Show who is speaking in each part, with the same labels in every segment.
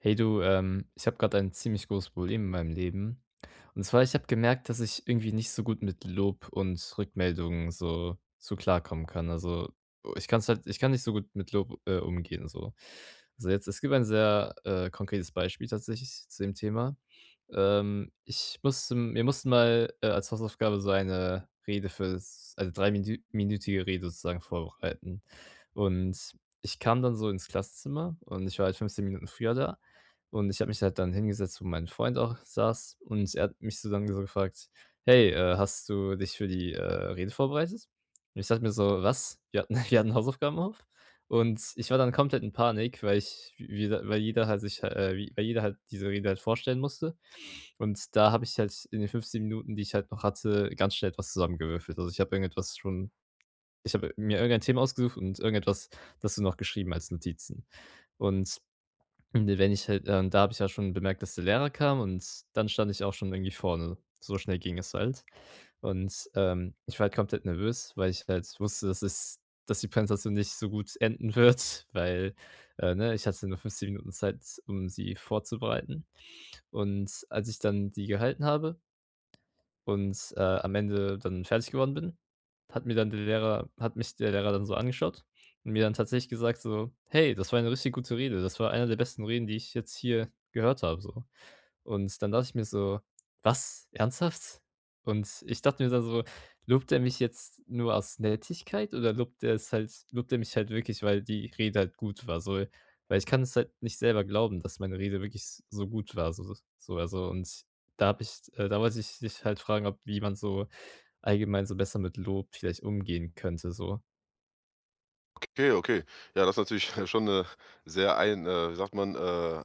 Speaker 1: Hey du, ich habe gerade ein ziemlich großes Problem in meinem Leben. Und zwar, ich habe gemerkt, dass ich irgendwie nicht so gut mit Lob und Rückmeldungen so klarkommen kann. Also oh, ich kann nicht so gut mit Lob umgehen. So. Also jetzt, es gibt ein sehr konkretes Beispiel tatsächlich zu dem Thema. Wir mussten mal als Hausaufgabe so eine Rede für, also dreiminütige Rede sozusagen vorbereiten. Und ich kam dann so ins Klassenzimmer und ich war halt 15 Minuten früher da. Und ich habe mich halt dann hingesetzt, wo mein Freund auch saß und er hat mich so dann so gefragt: „Hey, hast du dich für die, Rede vorbereitet?“ Und ich dachte mir so: „Was? Wir hatten Wir hatten Hausaufgaben auf?“ Und ich war dann komplett in Panik, weil ich jeder weil jeder halt sich wie weil jeder halt diese Rede halt vorstellen musste. Und da habe ich halt in den 15 Minuten, die ich halt noch hatte, ganz schnell etwas zusammengewürfelt. Also, ich habe mir irgendein Thema ausgesucht und irgendetwas, das du noch geschrieben als Notizen. Und ne, wenn ich halt da habe ich ja schon bemerkt, dass der Lehrer kam und dann stand ich auch schon irgendwie vorne. So schnell ging es halt. Und, ich war halt komplett nervös, weil ich halt wusste, dass die Präsentation nicht so gut enden wird, weil, ne, ich hatte nur 15 Minuten Zeit, um sie vorzubereiten. Und als ich dann die gehalten habe und, am Ende dann fertig geworden bin, hat mir dann der Lehrer hat mich der Lehrer dann so angeschaut und mir dann tatsächlich gesagt so: „Hey, das war eine richtig gute Rede. Das war einer der besten Reden, die ich jetzt hier gehört habe“, so. Und dann dachte ich mir so: „Was? Ernsthaft?“ Und ich dachte mir dann so: „Lobt er mich jetzt nur aus Nettigkeit oder lobt er mich halt wirklich, weil die Rede halt gut war?“ So, weil ich kann es halt nicht selber glauben, dass meine Rede wirklich s so gut war, also, und da habe ich da wollte ich dich halt fragen, ob wie man so allgemein so besser mit Lob vielleicht umgehen könnte so.
Speaker 2: Okay, okay. Ja, das ist natürlich schon eine sehr ein wie sagt man,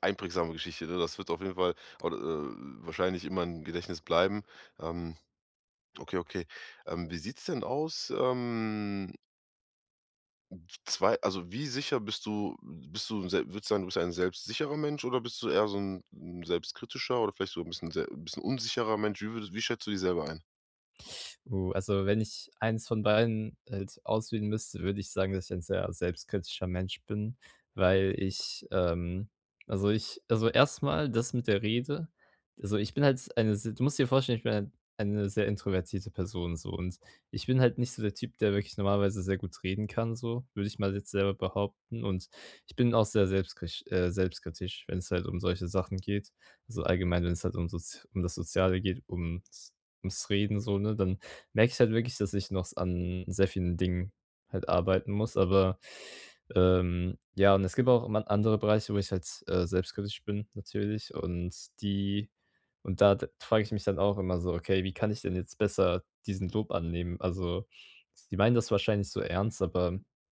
Speaker 2: einprägsame Geschichte, ne? Das wird auf jeden Fall au wahrscheinlich immer im Gedächtnis bleiben. Ähm, okay, okay. Wie sieht's denn aus, zwei also, wie sicher bist du se würdest du sagen, du bist ja ein selbstsicherer Mensch oder bist du eher so ein 'n selbstkritischer oder vielleicht so ein bisschen unsicherer Mensch? Wie schätzt du dich selber ein?
Speaker 1: Also wenn ich eins von beiden halt auswählen müsste, würde ich sagen, dass ich ein sehr selbstkritischer Mensch bin, weil also ich also erstmal das mit der Rede. Also ich bin halt eine se du musst dir vorstellen, ich bin halt eine sehr introvertierte Person so und ich bin halt nicht so der Typ, der wirklich normalerweise sehr gut reden kann so, würde ich mal jetzt selber behaupten und ich bin auch sehr selbstkritisch, wenn es halt um solche Sachen geht. Also allgemein, wenn es halt um das Soziale geht, ums Reden so, ne, dann merke ich halt wirklich, dass ich noch an sehr vielen Dingen halt arbeiten muss, aber ja, und es gibt auch man andere Bereiche, wo ich halt, selbstkritisch bin natürlich und die und da d frage ich mich dann auch immer so: „Okay, wie kann ich denn jetzt besser diesen Lob annehmen?“ Also, die meinen das wahrscheinlich so ernst, aber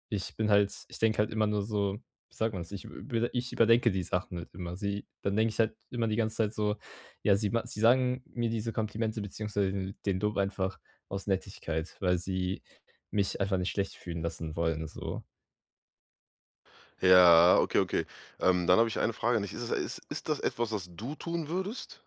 Speaker 1: ich denke halt immer nur so, wie sagt man das? Ich überdenke die Sachen halt immer. Sie dann Denke ich halt immer die ganze Zeit so: „Ja, sie sagen mir diese Komplimente beziehungsweise den Lob einfach aus Nettigkeit, weil sie mich einfach nicht schlecht fühlen lassen wollen“, so.
Speaker 2: Ja, okay, okay. Dann habe ich eine Frage an Ist es ist ist das etwas, was du tun würdest?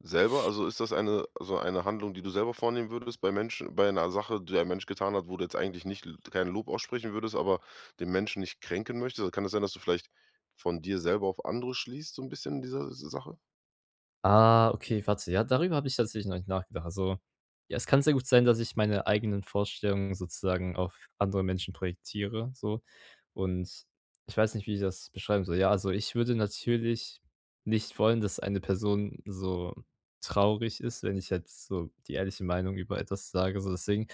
Speaker 2: Selber? Also, eine Handlung, die du selber vornehmen würdest bei einer Sache, die ein Mensch getan hat, wo du jetzt eigentlich nicht l kein Lob aussprechen würdest, aber den Menschen nicht kränken möchtest? Also, kann es sein, dass du vielleicht von dir selber auf andere schließt, so ein bisschen in dieser S Sache?
Speaker 1: Ah, okay, warte. Ja, darüber habe ich tatsächlich noch nicht nachgedacht. Also, ja, es kann sehr gut sein, dass ich meine eigenen Vorstellungen sozusagen auf andere Menschen projektiere, so. Und ich weiß nicht, wie ich das beschreiben soll. Ja, also, ich würde natürlich nicht wollen, dass eine Person so traurig ist, wenn ich jetzt so die ehrliche Meinung über etwas sage, so. Deswegen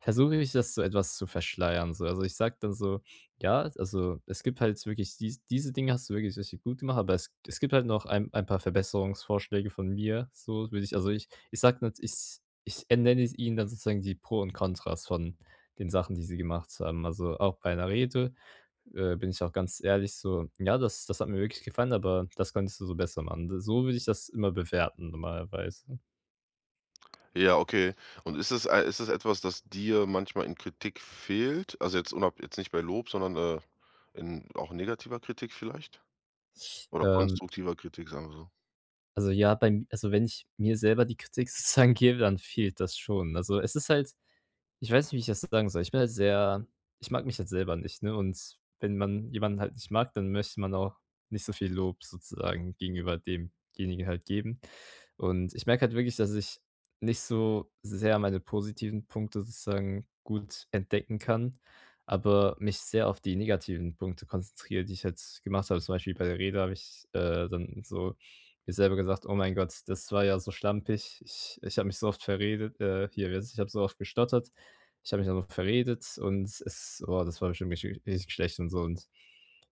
Speaker 1: versuche ich, das so etwas zu verschleiern, so. Also, ich sage dann so ja, also, es gibt halt wirklich diese Dinge hast du wirklich richtig gut gemacht, aber es gibt halt noch ein paar Verbesserungsvorschläge von mir, so würde ich ich sage jetzt, ich ich nenne es Ihnen dann sozusagen die Pro und Kontras von den Sachen, die sie gemacht haben. Also, auch bei einer Rede, bin ich auch ganz ehrlich so: „Ja, das hat mir wirklich gefallen, aber das könntest du so besser machen.“ So würde ich das immer bewerten normalerweise.
Speaker 2: Ja, okay. Und ist es etwas, das dir manchmal in Kritik fehlt? Also, jetzt nicht bei Lob, sondern, in auch negativer Kritik vielleicht? Oder
Speaker 1: Ähm,
Speaker 2: konstruktiver Kritik, sagen wir so.
Speaker 1: also, ja, beim also, wenn ich mir selber die Kritik sozusagen gebe, dann fehlt das schon. Also, es ist halt ich weiß nicht, wie ich das sagen soll. Ich bin halt sehr ich mag mich halt selber nicht, ne? Und wenn man jemanden halt nicht mag, dann möchte man auch nicht so viel Lob sozusagen gegenüber demjenigen halt geben. Und ich merke halt wirklich, dass ich nicht so sehr meine positiven Punkte sozusagen gut entdecken kann, aber mich sehr auf die negativen Punkte konzentriere, die ich jetzt gemacht habe. Zum Beispiel bei der Rede habe ich, dann so mir selber gesagt: „Oh mein Gott, das war ja so schlampig. Ich habe mich so oft verredet, hier, wie heißt es ich habe so oft gestottert.“ Ich habe mich dann noch verredet und es oh, das war bestimmt richtig schlecht und so und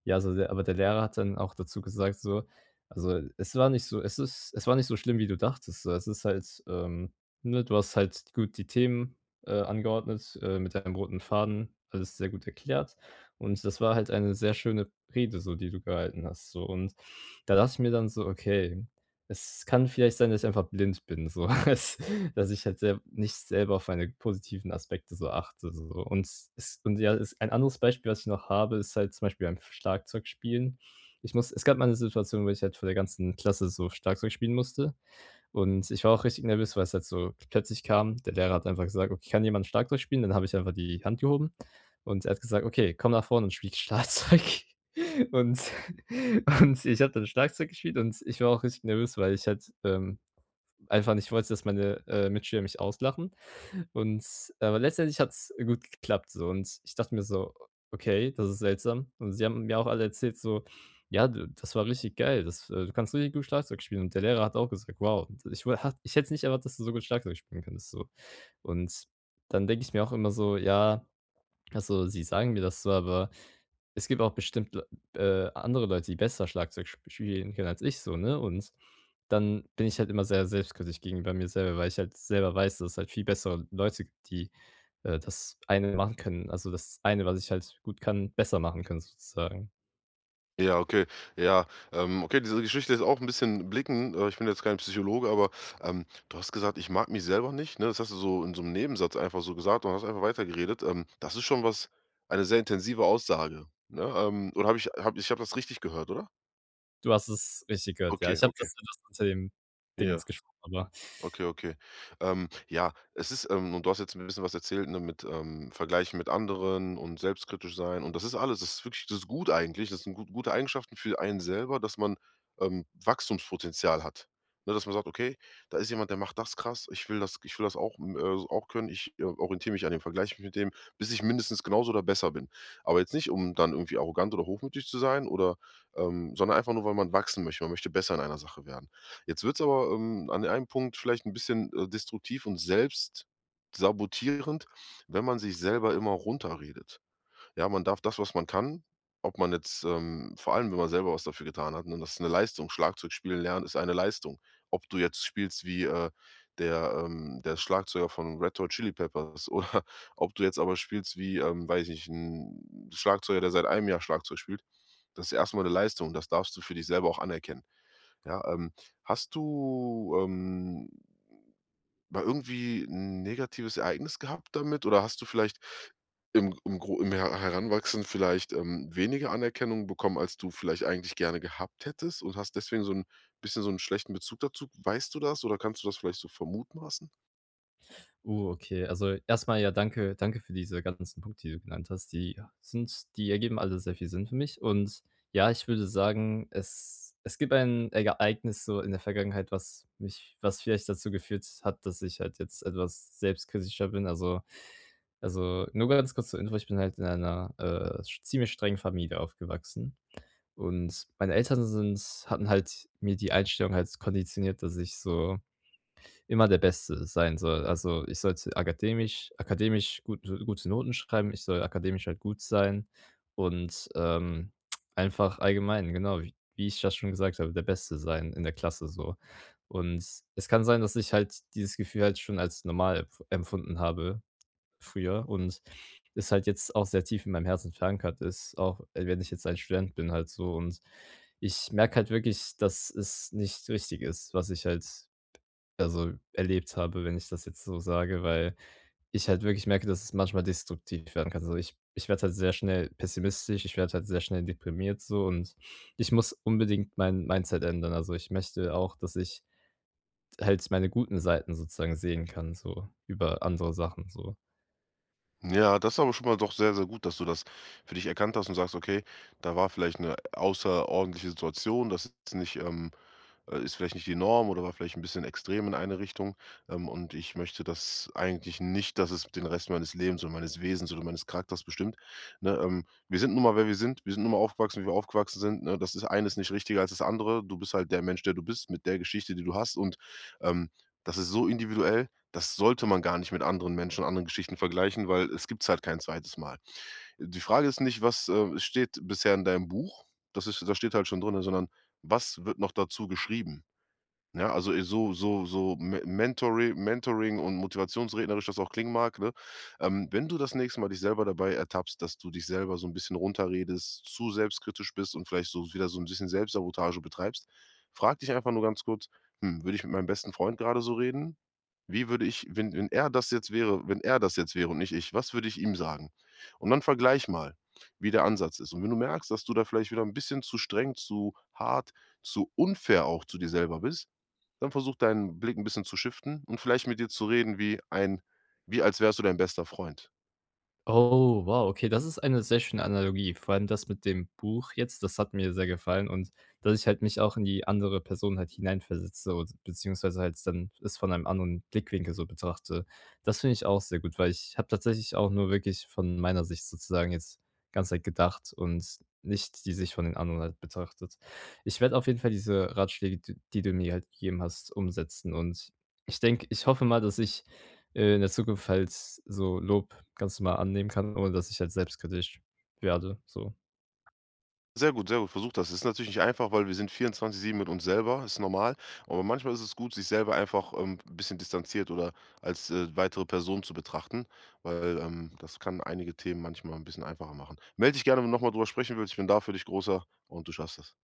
Speaker 1: ja, so der Lehrer hat dann auch dazu gesagt so also, es war nicht so schlimm, wie du dachtest so. Es ist halt, ne, du hast halt gut die Themen, angeordnet, mit deinem roten Faden, alles sehr gut erklärt und das war halt eine sehr schöne Rede so, die du gehalten hast so und da dachte ich mir dann so: „Okay, es kann vielleicht sein, dass ich einfach blind bin so.“ Es Dass ich halt selb nicht selber auf meine positiven Aspekte so achte so. Und es und ja, es ein anderes Beispiel, was ich noch habe, ist halt zum Beispiel beim Schlagzeugspielen. Ich muss Es gab mal 'ne Situation, wo ich halt vor der ganzen Klasse so Schlagzeug spielen musste und ich war auch richtig nervös, weil's halt so plötzlich kam. Der Lehrer hat einfach gesagt: „Okay, kann jemand Schlagzeug spielen?“ Dann habe ich einfach die Hand gehoben und er hat gesagt: „Okay, komm nach vorne und spiel Schlagzeug.“ Und und ich habe dann Schlagzeug gespielt und ich war auch richtig nervös, weil ich halt, einfach nicht wollte, dass meine, Mitschüler mich auslachen und aber letztendlich hat's gut geklappt so und ich dachte mir so: „Okay, das ist seltsam.“ Und sie haben mir auch alle erzählt so: „Ja, d das war richtig geil. Das Du kannst richtig gut Schlagzeug spielen.“ Und der Lehrer hat auch gesagt: „Wow, ich wo hat ich hätte nicht erwartet, dass du so gut Schlagzeug spielen kannst“, so. Und dann denke ich mir auch immer so: „Ja, also, sie sagen mir das so, aber“ es gibt auch bestimmt Le andere Leute, die besser Schlagzeug sp spielen können als ich so, ne? Und dann bin ich halt immer sehr selbstkritisch gegenüber mir selber, weil ich halt selber weiß, dass es halt viel bessere Leute gibt, die, das eine machen können. Also, das eine, was ich halt gut kann, besser machen können sozusagen.
Speaker 2: Ja, okay. Ja, okay, diese Geschichte ist auch ein bisschen blicken ich bin jetzt kein Psychologe, aber, du hast gesagt: „Ich mag mich selber nicht“, ne? Das hast du so in so einem Nebensatz einfach so gesagt und hast einfach weitergeredet. Das ist schon was eine sehr intensive Aussage, ne? Oder habe das richtig gehört, oder?
Speaker 1: Du hast es richtig gehört, ja.
Speaker 2: Okay,
Speaker 1: Ich habe
Speaker 2: okay.
Speaker 1: das etwas unter dem
Speaker 2: Ja.
Speaker 1: Dingens geschoben, aber
Speaker 2: Okay, okay. Ja, es ist und du hast jetzt ein bisschen was erzählt, ne, mit, Vergleichen mit anderen und selbstkritisch sein und das ist alles. Das ist wirklich das ist gut eigentlich. Das sind gute Eigenschaften für einen selber, dass man, Wachstumspotenzial hat. Ne, dass man sagt: „Okay, da ist jemand, der macht das krass. Ich will das auch, m auch können. Ich, orientiere mich an dem, vergleiche mich mit dem, bis ich mindestens genauso oder besser bin.“ Aber jetzt nicht, um dann irgendwie arrogant oder hochmütig zu sein oder sondern einfach nur, weil man wachsen möchte. Man möchte besser in einer Sache werden. Jetzt wird es aber, an einem Punkt vielleicht ein bisschen, destruktiv und selbst sabotierend, wenn man sich selber immer runterredet. Ja, man darf das, was man kann vor allem, wenn man selber was dafür getan hat, ne, das ist eine Leistung. Schlagzeug spielen lernen ist eine Leistung. Ob du jetzt spielst wie, der Schlagzeuger von Red Hot Chili Peppers oder ob du jetzt aber spielst wie, weiß ich nicht, ein Schlagzeuger, der seit einem Jahr Schlagzeug spielt. Das ist erstmal eine Leistung, das darfst du für dich selber auch anerkennen. Ja, hast du, mal irgendwie ein negatives Ereignis gehabt damit oder hast du vielleicht im Heranwachsen vielleicht, weniger Anerkennung bekommen, als du vielleicht eigentlich gerne gehabt hättest und hast deswegen so ein bisschen so einen schlechten Bezug dazu? Weißt du das oder kannst du das vielleicht so vermutmaßen?
Speaker 1: oh, okay. Also, erstmal ja danke für diese ganzen Punkte, die du genannt hast. Die ergeben alle sehr viel Sinn für mich. Und ja, ich würde sagen, es gibt ein Ereignis so in der Vergangenheit, was vielleicht dazu geführt hat, dass ich halt jetzt etwas selbstkritischer bin. Also, nur ganz kurz zur Info, ich bin halt in einer, sch ziemlich strengen Familie aufgewachsen. Und meine Eltern sind hatten halt mir die Einstellung halt konditioniert, dass ich so immer der Beste sein soll. Also, ich sollte akademisch gute Noten schreiben, ich soll akademisch halt gut sein und, einfach allgemein, genau, wie ich das schon gesagt habe, der Beste sein in der Klasse so. Und es kann sein, dass ich halt dieses Gefühl halt schon als normal empfunden habe früher und es halt jetzt auch sehr tief in meinem Herzen verankert ist, auch wenn ich jetzt ein Student bin halt so. Und ich merke halt wirklich, dass es nicht richtig ist, was ich halt also, erlebt habe, wenn ich das jetzt so sage, weil ich halt wirklich merke, dass es manchmal destruktiv werden kann. Also ich werde halt sehr schnell pessimistisch, ich werde halt sehr schnell deprimiert so und ich muss unbedingt mein Mindset ändern. Also, ich möchte auch, dass ich halt meine guten Seiten sozusagen sehen kann, so über andere Sachen so.
Speaker 2: Ja, das ist aber schon mal doch sehr, sehr gut, dass du das für dich erkannt hast und sagst: „Okay, da war vielleicht eine außerordentliche Situation. Das ist nicht, ist vielleicht nicht die Norm oder war vielleicht ein bisschen extrem in eine Richtung, und ich möchte das eigentlich nicht, dass es den Rest meines Lebens oder meines Wesens oder meines Charakters bestimmt, ne? Wir sind nun mal, wer wir sind. Wir sind nun mal aufgewachsen, wie wir aufgewachsen sind, ne? Das ist eines nicht richtiger als das andere. Du bist halt der Mensch, der du bist, mit der Geschichte, die du hast und, ähm, das ist so individuell, das sollte man gar nicht mit anderen Menschen, anderen Geschichten vergleichen, weil es gibt's halt kein zweites Mal. Die Frage ist nicht, was, steht bisher in deinem Buch, das steht halt schon drin, sondern was wird noch dazu geschrieben? Ja, also, so so so Me Mentori Mentoring und motivationsrednerisch das auch klingen mag, ne? Wenn du das nächste Mal dich selber dabei ertappst, dass du dich selber so ein bisschen runterredest, zu selbstkritisch bist und vielleicht so wieder so ein bisschen Selbstsabotage betreibst, frag dich einfach nur ganz kurz: „Hm, würde ich mit meinem besten Freund gerade so reden? Wie würde ich wenn er das jetzt wäre wenn er das jetzt wäre und nicht ich, was würde ich ihm sagen?“ Und dann vergleich mal, wie der Ansatz ist. Und wenn du merkst, dass du da vielleicht wieder ein bisschen zu streng, zu hart, zu unfair auch zu dir selber bist, dann versuch deinen Blick ein bisschen zu shiften und vielleicht mit dir zu reden wie ein wie als wärst du dein bester Freund.
Speaker 1: Oh, wow, okay, das ist eine sehr schöne Analogie. Vor allem das mit dem Buch jetzt, das hat mir sehr gefallen und dass ich halt mich auch in die andere Person halt hineinversetze und beziehungsweise halt dann es von einem anderen Blickwinkel so betrachte. Das finde ich auch sehr gut, weil ich habe tatsächlich auch nur wirklich von meiner Sicht sozusagen jetzt ganz halt gedacht und nicht die Sicht von den anderen halt betrachtet. Ich werde auf jeden Fall diese Ratschläge, d die du mir halt gegeben hast, umsetzen und ich hoffe mal, dass ich, in der Zukunft halt so Lob ganz normal annehmen kann, ohne dass ich halt selbstkritisch werde, so.
Speaker 2: Sehr gut, sehr gut, versuch das. Ist natürlich nicht einfach, weil wir sind 24/7 mit uns selber, ist normal, aber manchmal ist es gut, sich selber einfach, 'n bisschen distanziert oder als, weitere Person zu betrachten, weil, das kann einige Themen manchmal ein bisschen einfacher machen. Melde dich gerne, wenn du nochmal mal drüber sprechen willst. Ich bin da für dich, Großer, und du schaffst das.